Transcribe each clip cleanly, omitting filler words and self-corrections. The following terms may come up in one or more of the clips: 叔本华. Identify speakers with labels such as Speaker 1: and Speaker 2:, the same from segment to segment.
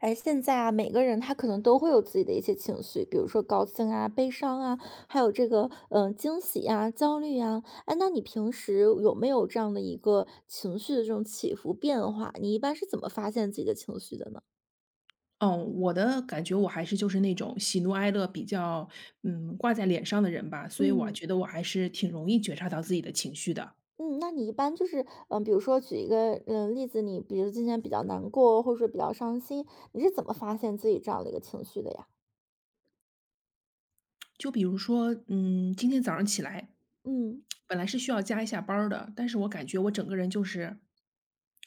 Speaker 1: 哎，现在啊，每个人他可能都会有自己的一些情绪，比如说高兴啊、悲伤啊，还有这个惊喜呀、焦虑呀。哎，那你平时有没有这样的一个情绪的这种起伏变化？你一般是怎么发现自己的情绪的呢？
Speaker 2: 哦，我的感觉我还是就是那种喜怒哀乐比较，挂在脸上的人吧，所以我
Speaker 1: 嗯
Speaker 2: 觉得我还是挺容易觉察到自己的情绪的。
Speaker 1: 嗯，那你一般就是比如说举一个例子，你比如今天比较难过，或者说比较伤心，你是怎么发现自己这样的一个情绪的呀？
Speaker 2: 就比如说，今天早上起来，
Speaker 1: 嗯。
Speaker 2: 本来是需要加一下班儿的，但是我感觉我整个人就是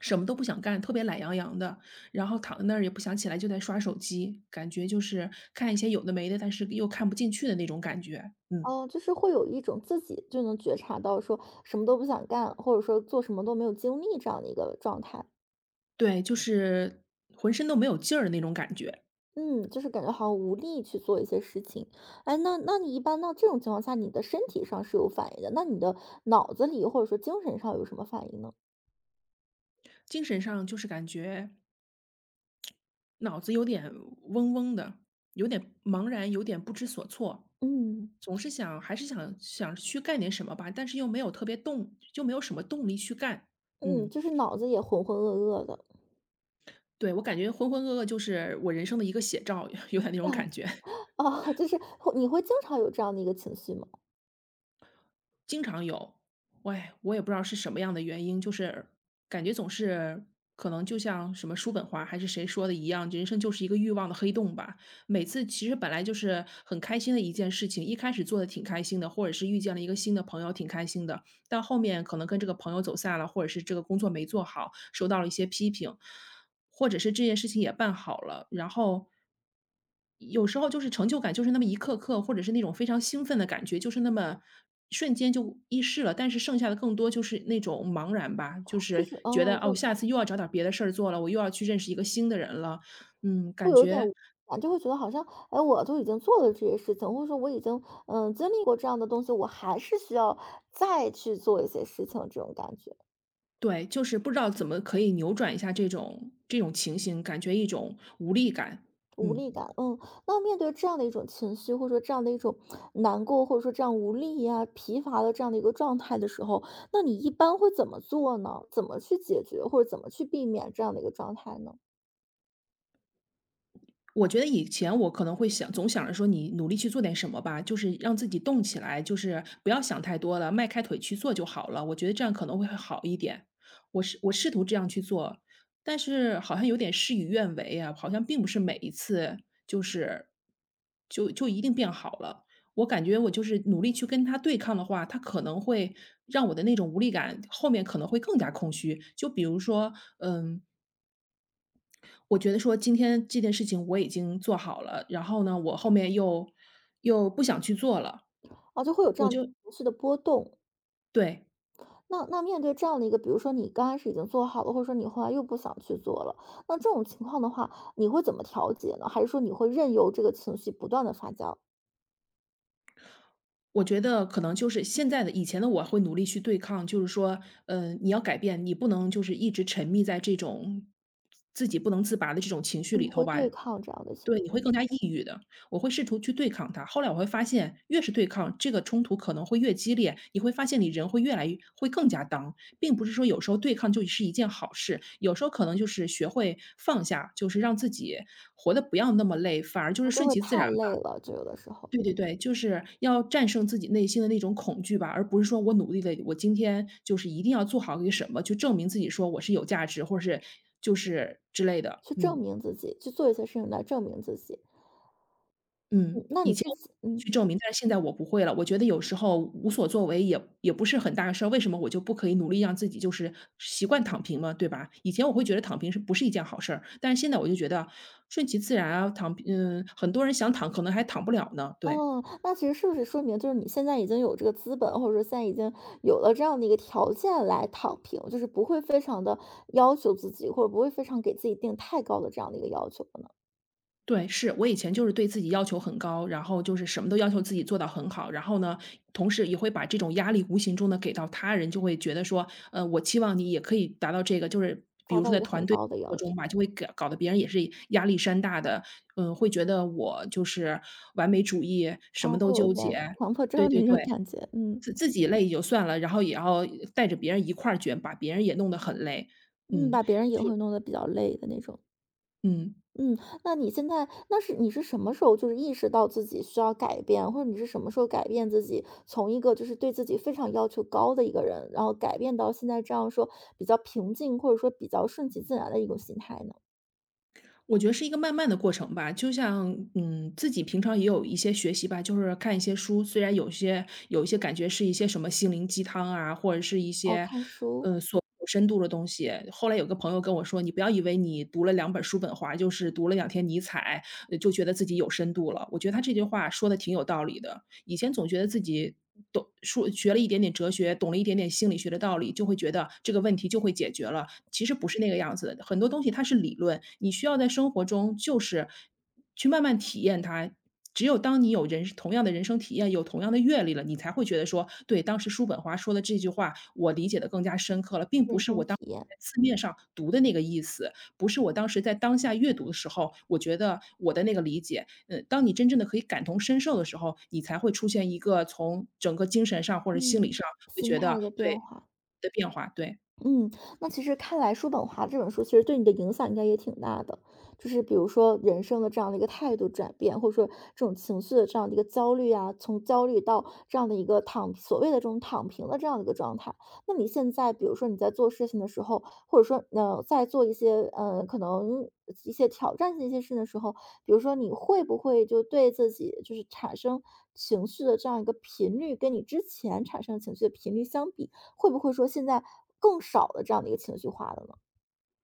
Speaker 2: 什么都不想干，特别懒洋洋的，然后躺在那儿也不想起来，就在刷手机，感觉就是看一些有的没的，但是又看不进去的那种感觉。嗯，
Speaker 1: 哦，就是会有一种自己就能觉察到说什么都不想干，或者说做什么都没有精力这样的一个状态。
Speaker 2: 对，就是浑身都没有劲儿的那种感觉，
Speaker 1: 嗯，就是感觉好像无力去做一些事情。哎，那你一般到这种情况下，你的身体上是有反应的，那你的脑子里或者说精神上有什么反应呢？
Speaker 2: 精神上就是感觉。脑子有点嗡嗡的，有点茫然，有点不知所措，
Speaker 1: 嗯
Speaker 2: 总是想还是想想去干点什么吧，但是又没有特别动，就没有什么动力去干。
Speaker 1: 嗯，
Speaker 2: 嗯，
Speaker 1: 就是脑子也浑浑噩噩的
Speaker 2: 对，我感觉浑浑噩噩就是我人生的一个写照，有点那种感觉。
Speaker 1: 啊，就是你会经常有这样的一个情绪吗？
Speaker 2: 经常有，喂，我也不知道是什么样的原因，就是感觉总是可能就像什么叔本华还是谁说的一样，人生就是一个欲望的黑洞吧。每次其实本来就是很开心的一件事情，一开始做的挺开心的，或者是遇见了一个新的朋友挺开心的，到后面可能跟这个朋友走散了，或者是这个工作没做好，受到了一些批评，或者是这件事情也办好了，然后有时候就是成就感就是那么一刻刻，或者是那种非常兴奋的感觉，就是那么瞬间就易逝了。但是剩下的更多就是那种茫然吧，就
Speaker 1: 就
Speaker 2: 是
Speaker 1: 是，
Speaker 2: 觉得
Speaker 1: 哦，
Speaker 2: 哦，
Speaker 1: 就
Speaker 2: 我下次又要找点别的事儿做了，我又要去认识一个新的人了。嗯，
Speaker 1: 会
Speaker 2: 感
Speaker 1: 有一点无
Speaker 2: 觉
Speaker 1: 力感就会觉得好像，哎，我都已经做了这些事情，或者说我已经经历过这样的东西，我还是需要再去做一些事情，这种感觉
Speaker 2: 对，就是不知道怎么可以扭转一下这种情形，感觉一种无力感。
Speaker 1: 无
Speaker 2: 嗯。
Speaker 1: 力感。嗯，那面对这样的一种情绪，或者说这样的一种难过，或者说这样无力呀、疲乏的这样的一个状态的时候，那你一般会怎么做呢？怎么去解决，或者怎么去避免这样的一个状态呢？
Speaker 2: 我觉得以前我可能会想总想着说你努力去做点什么吧，就是让自己动起来，就是不要想太多了，迈开腿去做就好了。我觉得这样可能会好一点。我试图这样去做，但是好像有点事与愿违啊，好像并不是每一次就是就一定变好了。我感觉我就是努力去跟他对抗的话，他可能会让我的那种无力感后面可能会更加空虚。就比如说，嗯，我觉得说今天这件事情我已经做好了，然后呢，我后面又不想去做了，
Speaker 1: 啊，就会有这
Speaker 2: 我
Speaker 1: 样
Speaker 2: 就
Speaker 1: 情绪的波动。
Speaker 2: 对，
Speaker 1: 那面对这样的一个，比如说你刚开始已经做好了，或者说你后来又不想去做了，那这种情况的话，你会怎么调节呢？还是说你会任由这个情绪不断的发酵？
Speaker 2: 我觉得可能就是现在的以前的我会努力去对抗，就是说，你要改变，你不能就是一直沉迷在这种自己不能自拔的这种情绪里
Speaker 1: 嗯，
Speaker 2: 头
Speaker 1: 会
Speaker 2: 吧，
Speaker 1: 对抗这样的情
Speaker 2: 对，
Speaker 1: 绪，
Speaker 2: 你会更加抑郁的。我会试图去对抗它，后来我会发现，越是对抗，这个冲突可能会越激烈。你会发现你人会越来越会更加当，并不是说有时候对抗就是一件好事，有时候可能就是学会放下，就是让自己活得不要那么累，反而就是
Speaker 1: 嗯，就
Speaker 2: 顺
Speaker 1: 会
Speaker 2: 其自然
Speaker 1: 太累
Speaker 2: 吧。
Speaker 1: 了，就有的时候
Speaker 2: 对对对，就是要战胜自己内心的那种恐惧吧，而不是说我努力的，我今天就是一定要做好一个什么，去证明自己说我是有价值，或者是就是之类的，
Speaker 1: 去
Speaker 2: 嗯。
Speaker 1: 证明自己，去做一些事情来证明自己。
Speaker 2: 嗯，
Speaker 1: 嗯，那
Speaker 2: 以
Speaker 1: 你
Speaker 2: 前
Speaker 1: 之前，
Speaker 2: 去
Speaker 1: 嗯。
Speaker 2: 证明，但是现在我不会了。我觉得有时候无所作为也不是很大事儿，为什么我就不可以努力让自己就是习惯躺平嘛，对吧？以前我会觉得躺平是不是一件好事儿，但是现在我就觉得顺其自然啊，躺平很多人想躺可能还躺不了呢，对。
Speaker 1: 哦，那其实是不是说明就是你现在已经有这个资本，或者说现在已经有了这样的一个条件来躺平，就是不会非常的要求自己，或者不会非常给自己定太高的这样的一个要求。
Speaker 2: 对，是，我以前就是对自己要求很高，然后就是什么都要求自己做到很好，然后呢，同时也会把这种压力无形中的给到他人，就会觉得说，我期望你也可以达到这个，就是比
Speaker 1: 达
Speaker 2: 如说
Speaker 1: 到一
Speaker 2: 在
Speaker 1: 个
Speaker 2: 团
Speaker 1: 很
Speaker 2: 队
Speaker 1: 高的
Speaker 2: 合
Speaker 1: 要
Speaker 2: 作中
Speaker 1: 求，
Speaker 2: 吧，就会搞得别人也是压力山大的，嗯，会觉得我就是完美主义，什么
Speaker 1: 嗯，
Speaker 2: 都
Speaker 1: 会有一
Speaker 2: 纠结。
Speaker 1: 点强迫
Speaker 2: 对
Speaker 1: 症
Speaker 2: 对
Speaker 1: 那
Speaker 2: 对，
Speaker 1: 种感觉，嗯，
Speaker 2: 自己累也就算了，然后也要带着别人一块儿卷，把别人也弄得很累。
Speaker 1: 嗯，
Speaker 2: 嗯，
Speaker 1: 把别人也会弄得比较累的那种。
Speaker 2: 嗯。
Speaker 1: 嗯，那你现在你是什么时候就是意识到自己需要改变，或者你是什么时候改变自己，从一个就是对自己非常要求高的一个人，然后改变到现在这样说比较平静，或者说比较顺其自然的一种心态呢？
Speaker 2: 我觉得是一个慢慢的过程吧，就像自己平常也有一些学习吧，就是看一些书，虽然有一些感觉是一些什么心灵鸡汤啊，或者是一
Speaker 1: 哦，
Speaker 2: 些
Speaker 1: 看书、
Speaker 2: 所有深度的东西。后来有个朋友跟我说：“你不要以为你读了两本叔本华，就是读了两天尼采，就觉得自己有深度了。”我觉得他这句话说的挺有道理的。以前总觉得自己懂说学了一点点哲学，懂了一点点心理学的道理，就会觉得这个问题就会解决了，其实不是那个样子的。很多东西它是理论，你需要在生活中就是去慢慢体验它。只有当你有人同样的人生体验，有同样的阅历了，你才会觉得说，对，当时叔本华说的这句话，我理解的更加深刻了，并不
Speaker 1: 人
Speaker 2: 是
Speaker 1: 生
Speaker 2: 我当
Speaker 1: 体验，
Speaker 2: 在字面上读的那个意思，不是我当时在当下阅读的时候，我觉得我的那个理解。嗯，当你真正的可以感同身受的时候，你才会出现一个从整个精神上或者心理
Speaker 1: 嗯，
Speaker 2: 上会
Speaker 1: 心
Speaker 2: 觉得
Speaker 1: 态的变
Speaker 2: 对，
Speaker 1: 化。
Speaker 2: 的变化，对。
Speaker 1: 嗯，那其实看来叔本华这本书其实对你的影响应该也挺大的，就是比如说人生的这样的一个态度转变，或者说这种情绪的这样的一个焦虑啊，从焦虑到这样的一个躺所谓的这种躺平的这样的一个状态。那你现在比如说你在做事情的时候，或者说在做一些可能一些挑战性一些事的时候，比如说你会不会就对自己就是产生情绪的这样一个频率，跟你之前产生情绪的频率相比？会不会说现在更少了这样的一个情绪化的呢？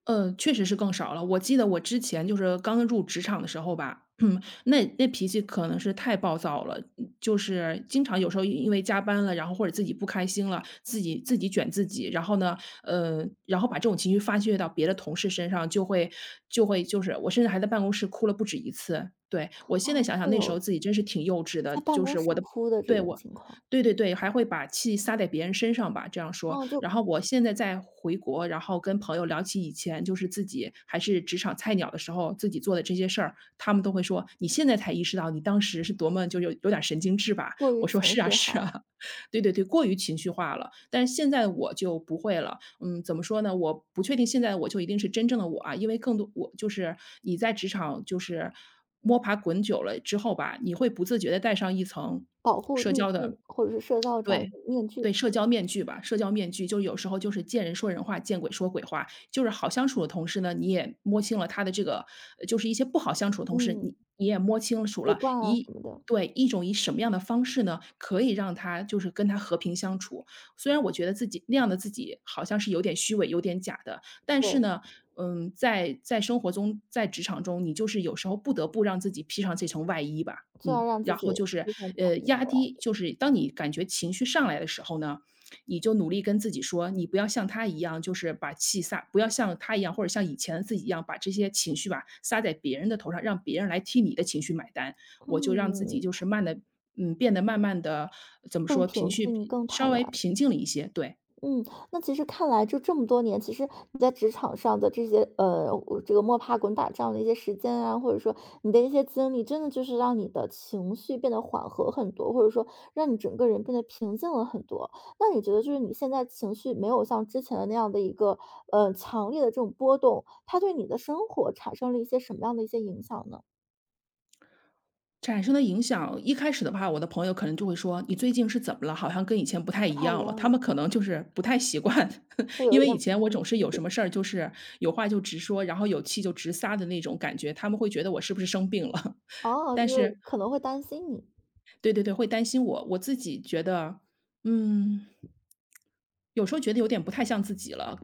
Speaker 2: 确实是更少了。我记得我之前就是刚入职场的时候吧，那脾气可能是太暴躁了，就是经常有时候因为加班了，然后或者自己不开心了，自己卷自己，然后呢，然后把这种情绪发泄到别的同事身上，就会就是我甚至还在办公室哭了不止一次。对，我
Speaker 1: 啊，
Speaker 2: 现在想想
Speaker 1: 会
Speaker 2: 那时
Speaker 1: 有
Speaker 2: 候自己真是挺幼稚的，
Speaker 1: 在办
Speaker 2: 就
Speaker 1: 公
Speaker 2: 是
Speaker 1: 室
Speaker 2: 我的
Speaker 1: 哭的这
Speaker 2: 对，
Speaker 1: 种情况，
Speaker 2: 对对对，还会把气撒在别人身上吧，这样说。
Speaker 1: 啊，就
Speaker 2: 然后我现在在回国，然后跟朋友聊起以前就是自己还是职场菜鸟的时候，自己做的这些事儿，他们都会说：“你现在才意识到你当时是多么就有点儿神经质吧？”
Speaker 1: 过于
Speaker 2: 我说：
Speaker 1: 情
Speaker 2: “是啊，
Speaker 1: 绪化
Speaker 2: 是
Speaker 1: 了，
Speaker 2: 啊。对对对，过于情绪化了。但是现在我就不会了，怎么说呢？我不确定现在我就一定是真正的我啊，因为更多我就是你在职场就是摸爬滚久了之后吧，你会不自觉地带上一层
Speaker 1: 保护
Speaker 2: 社
Speaker 1: 滤
Speaker 2: 交的
Speaker 1: 镜或者是社交这样的
Speaker 2: 对，
Speaker 1: 面具，
Speaker 2: 对，社交面具吧，社交面具，就有时候就是见人说人话，见鬼说鬼话。就是好相处的同事呢，你也摸清了他的这个就是一些不好相处的同事，
Speaker 1: 嗯，
Speaker 2: 你也摸清楚
Speaker 1: 习
Speaker 2: 了
Speaker 1: 惯啊
Speaker 2: 一
Speaker 1: 什么的，
Speaker 2: 对，一种以什么样的方式呢，可以让他就是跟他和平相处。虽然我觉得自己那样的自己好像是有点虚伪、有点假的，但是
Speaker 1: 对，
Speaker 2: 呢，嗯，在生活中，在职场中，你就是有时候不得不让自己披上这层外衣吧，
Speaker 1: 就要
Speaker 2: 嗯，
Speaker 1: 让自
Speaker 2: 然后
Speaker 1: 己
Speaker 2: 就是，
Speaker 1: 提前
Speaker 2: 压低，就是当你感觉情绪上来的时候呢，你就努力跟自己说，你不要像他一样，就是把气撒，不要像他一样，或者像以前的自己一样，把这些情绪吧撒在别人的头上，让别人来替你的情绪买单。我就让自己
Speaker 1: 嗯，
Speaker 2: 就是慢的，嗯，变得慢慢的怎么
Speaker 1: 更
Speaker 2: 说，情
Speaker 1: 平静、
Speaker 2: 绪
Speaker 1: 更坦
Speaker 2: 稍微
Speaker 1: 然。
Speaker 2: 平静了一些，对。
Speaker 1: 嗯，那其实看来就这么多年，其实你在职场上的这些这个摸爬滚打这样的一些时间啊，或者说你的一些经历，真的就是让你的情绪变得缓和很多，或者说让你整个人变得平静了很多。那你觉得就是你现在情绪没有像之前的那样的一个强烈的这种波动，它对你的生活产生了一些什么样的一些影响呢？
Speaker 2: 产生的影响，一开始的话，我的朋友可能就会说："你最近是怎么了？好像跟以前不太
Speaker 1: 不
Speaker 2: 一
Speaker 1: 太一
Speaker 2: 样了。"
Speaker 1: 样
Speaker 2: 他
Speaker 1: 的，
Speaker 2: 们可能就是不太习惯，
Speaker 1: 会
Speaker 2: 因
Speaker 1: 有一
Speaker 2: 为以
Speaker 1: 点
Speaker 2: 前我总
Speaker 1: 区
Speaker 2: 是有
Speaker 1: 别
Speaker 2: 什么事儿，就是有话就直说，然后有气就直撒的那种感觉，他们会觉得我是不是生病了？
Speaker 1: 哦，就
Speaker 2: 但是
Speaker 1: 是可能会担心你，
Speaker 2: 对对对，会担心我。我自己觉得，嗯。有时候觉得有点不太像自己了，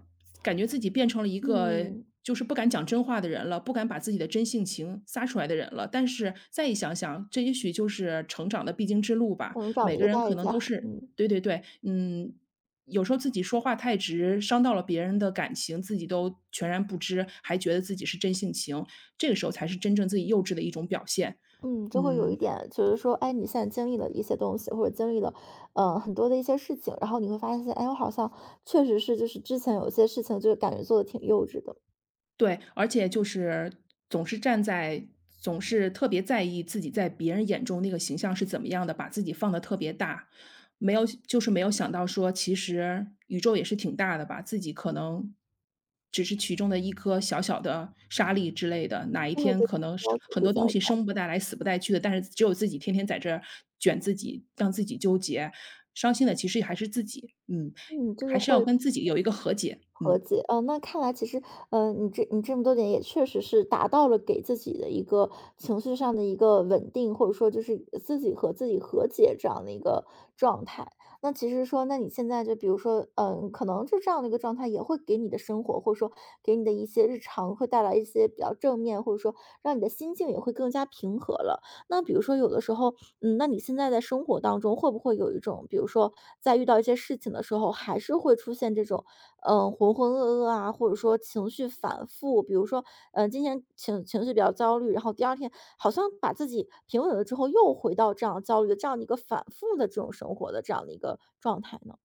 Speaker 2: 感觉自己变成了一个
Speaker 1: 嗯，
Speaker 2: 就是不敢讲真话的人了，不敢把自己的真性情撒出来的人了。但是再一想想，这也许就是成长的必经之路吧。
Speaker 1: 成长
Speaker 2: 每
Speaker 1: 的一
Speaker 2: 个
Speaker 1: 个
Speaker 2: 人
Speaker 1: 代
Speaker 2: 可能都
Speaker 1: 价，
Speaker 2: 是
Speaker 1: 嗯。
Speaker 2: 对对对，嗯，有时候自己说话太直，伤到了别人的感情，自己都全然不知，还觉得自己是真性情，这个时候才是真正自己幼稚的一种表现。
Speaker 1: 嗯，就会有
Speaker 2: 嗯，
Speaker 1: 一点，就是说，哎，你现在经历了一些东西，或者经历了，很多的一些事情，然后你会发现，哎，我好像确实是，就是之前有些事情，就是感觉做的挺幼稚的，
Speaker 2: 对，而且就是总是站在总是特别在意自己在别人眼中那个形象是怎么样的，把自己放得特别大，没有就是没有想到说，其实宇宙也是挺大的吧，自己可能只是其中的一颗小小的沙粒之类的，哪一
Speaker 1: 就会
Speaker 2: 天
Speaker 1: 对自
Speaker 2: 可能是
Speaker 1: 己要求
Speaker 2: 很
Speaker 1: 比
Speaker 2: 多
Speaker 1: 较
Speaker 2: 东西
Speaker 1: 高，
Speaker 2: 生不带来死不带去的，但是只有自己天天在这儿卷自己，让自己纠结，伤心的其实还是自己，嗯，
Speaker 1: 嗯，就是
Speaker 2: 还是要
Speaker 1: 会
Speaker 2: 跟自己有一个和解，
Speaker 1: 和
Speaker 2: 嗯。
Speaker 1: 解，嗯，那看来其实，嗯，你这么多年也确实是达到了给自己的一个情绪上的一个稳定，或者说就是自己和自己和解这样的一个状态。那其实说，那你现在就比如说，嗯，可能就这样的一个状态也会给你的生活，或者说给你的一些日常会带来一些比较正面，或者说让你的心境也会更加平和了。那比如说有的时候，嗯，那你现在在生活当中会不会有一种，比如说在遇到一些事情的时候，还是会出现这种嗯，浑浑噩噩啊，或者说情绪反复，比如说，嗯，今天情绪比较焦虑，然后第二天好像把自己平稳了之后，又回到这样焦虑的这样的一个反复的这种生活的这样的一个状态呢？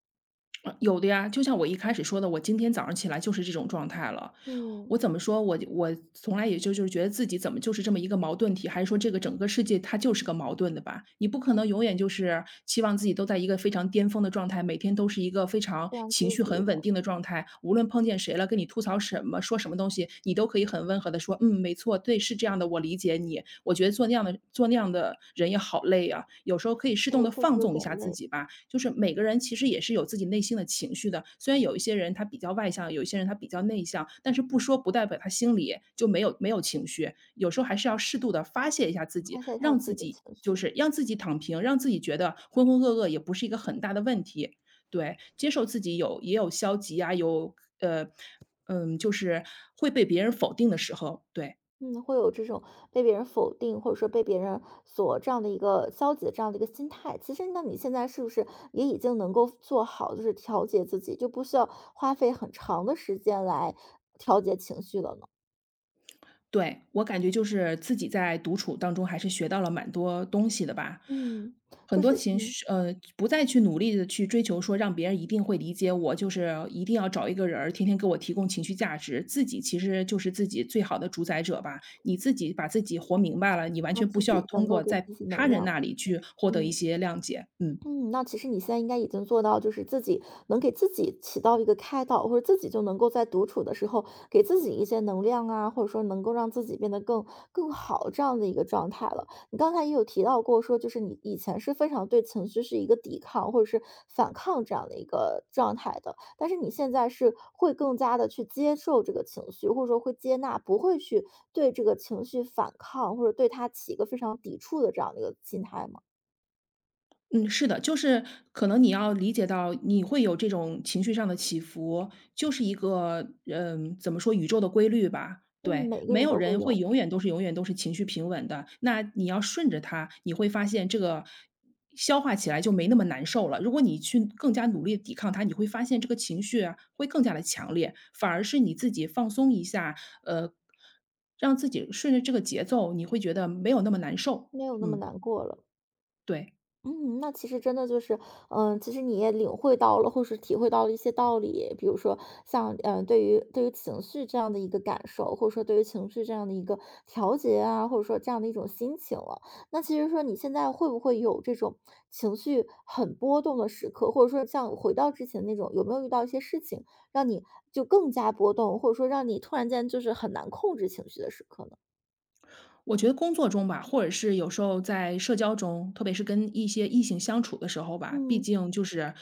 Speaker 2: 有的呀，就像我一开始说的，我今天早上起来就是这种状态了。
Speaker 1: 嗯，
Speaker 2: 我怎么说，我从来也就就是觉得自己怎么就是这么一个矛盾体，还是说这个整个世界它就是个矛盾的吧？你不可能永远就是期望自己都在一个非常巅峰的状态，每天都是一个非常
Speaker 1: 非常
Speaker 2: 情
Speaker 1: 积
Speaker 2: 绪
Speaker 1: 极
Speaker 2: 很稳
Speaker 1: 的，
Speaker 2: 定的状态，无论碰见谁了，跟你吐槽什么，说什么东西，你都可以很温和的说，嗯，没错，对，是这样的，我理解你。我觉得做那样的做那样的人也好累啊，有时候可以适
Speaker 1: 就
Speaker 2: 当
Speaker 1: 是
Speaker 2: 的
Speaker 1: 确
Speaker 2: 放
Speaker 1: 实有
Speaker 2: 纵一
Speaker 1: 点
Speaker 2: 下自
Speaker 1: 累，
Speaker 2: 己吧。就是每个人其实也是有自己内心的情绪的，虽然有一些人他比较外向，有一些人他比较内向，但是不说不代表他心里就没有情绪。有时候还是要适度的发泄一下自己，
Speaker 1: 发泄一下
Speaker 2: 让
Speaker 1: 自
Speaker 2: 自
Speaker 1: 己的
Speaker 2: 己
Speaker 1: 情
Speaker 2: 就
Speaker 1: 绪。
Speaker 2: 是让自己躺平，让自己觉得浑浑噩噩也不是一个很大的问题。对，接受自己有也有消极啊，有呃，嗯，就是会被别人否定的时候，对。
Speaker 1: 嗯，会有这种被别人否定，或者说被别人所这样的一个消极的这样的一个心态。其实，那你现在是不是也已经能够做好，就是调节自己，就不需要花费很长的时间来调节情绪了呢？
Speaker 2: 对，我感觉就是自己在独处当中还是学到了蛮多东西的吧。
Speaker 1: 嗯，
Speaker 2: 很
Speaker 1: 就
Speaker 2: 多
Speaker 1: 是
Speaker 2: 情
Speaker 1: 嗯，
Speaker 2: 绪，不再去努力的去追求说让别人一定会理解我，就是一定要找一个人儿天天给我提供情绪价值，自己其实就是自己最好的主宰者吧。你自己把自己活明白了，你完
Speaker 1: 让
Speaker 2: 全不
Speaker 1: 自
Speaker 2: 需要
Speaker 1: 己
Speaker 2: 通
Speaker 1: 能够
Speaker 2: 过
Speaker 1: 给
Speaker 2: 在
Speaker 1: 自己
Speaker 2: 他
Speaker 1: 能
Speaker 2: 人
Speaker 1: 量。
Speaker 2: 那里去获得一
Speaker 1: 嗯。
Speaker 2: 些谅解，嗯。
Speaker 1: 嗯，那其实你现在应该已经做到，就是自己能给自己起到一个开导，或者自己就能够在独处的时候给自己一些能量啊，或者说能够让自己变得更好这样的一个状态了。你刚才也有提到过说，就是你以前是非常对情绪是一个抵抗或者是反抗这样的一个状态的，但是你现在是会更加的去接受这个情绪，或者说会接纳，不会去对这个情绪反抗或者对它起一个非常抵触的这样的一个心态吗？
Speaker 2: 嗯，是的，就是可能你要理解到你会有这种情绪上的起伏，就是一个，嗯，怎么说宇宙的规律吧。
Speaker 1: 嗯，
Speaker 2: 对，
Speaker 1: 每个
Speaker 2: 没
Speaker 1: 人
Speaker 2: 有
Speaker 1: 都会
Speaker 2: 人会
Speaker 1: 有。
Speaker 2: 永远都是永远都是情绪平稳的，那你要顺着它，你会发现这个消化起来就没那么难受了。如果你去更加努力地抵抗它，你会发现这个情绪啊会更加的强烈，反而是你自己放松一下，呃，让自己顺着这个节奏，你会觉得没有那么难受。
Speaker 1: 没有那么
Speaker 2: 嗯，
Speaker 1: 难过了。
Speaker 2: 对。
Speaker 1: 嗯，那其实真的就是，嗯，其实你也领会到了，或是体会到了一些道理，比如说像，嗯，对于情绪这样的一个感受，或者说对于情绪这样的一个调节啊，或者说这样的一种心情了。那其实说你现在会不会有这种情绪很波动的时刻，或者说像回到之前那种，有没有遇到一些事情让你就更加波动，或者说让你突然间就是很难控制情绪的时刻呢？
Speaker 2: 我觉得工作中吧，或者是有时候在社交中，特别是跟一些异性相处的时候吧，毕
Speaker 1: 嗯，
Speaker 2: 竟就是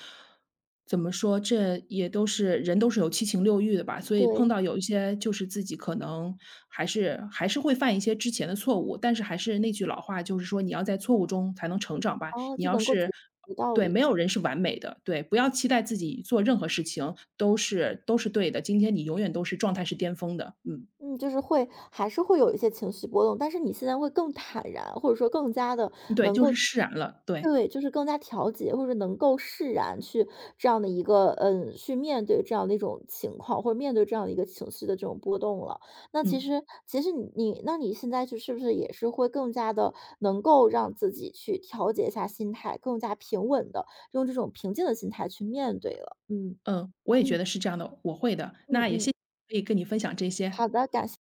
Speaker 2: 怎么说，这也都是人都是有七情六欲的吧，所以碰
Speaker 1: 对，
Speaker 2: 到有一些就是自己可能还是会犯一些之前的错误，但是还是那句老话，就是说你要在错误中才能成长吧。
Speaker 1: 哦，
Speaker 2: 你
Speaker 1: 就
Speaker 2: 要
Speaker 1: 能够
Speaker 2: 是
Speaker 1: 解会道
Speaker 2: 对，没
Speaker 1: 理。
Speaker 2: 有人是完美的，对，不要期待自己做任何事情都是都是对的，今天你永远都是状态是巅峰的，嗯，
Speaker 1: 嗯，就是会还是会有一些情绪波动，但是你现在会更坦然，或者说更加的
Speaker 2: 对，
Speaker 1: 能
Speaker 2: 就是
Speaker 1: 够
Speaker 2: 释然了，对，
Speaker 1: 对，就是更加调节，或者能够释然去这样的一个嗯，去面对这样的一种情况，或者面对这样的一个情绪的这种波动了。那其
Speaker 2: 嗯。
Speaker 1: 实其实你现在就是不是也是会更加的能够让自己去调节一下心态，更加平稳的用这种平静的心态去面对了。嗯，
Speaker 2: 嗯，我也觉
Speaker 1: 嗯，
Speaker 2: 得是这样的，我会的。
Speaker 1: 嗯
Speaker 2: 那也谢
Speaker 1: 嗯，
Speaker 2: 谢可以跟你分享这些。
Speaker 1: 好的，感谢。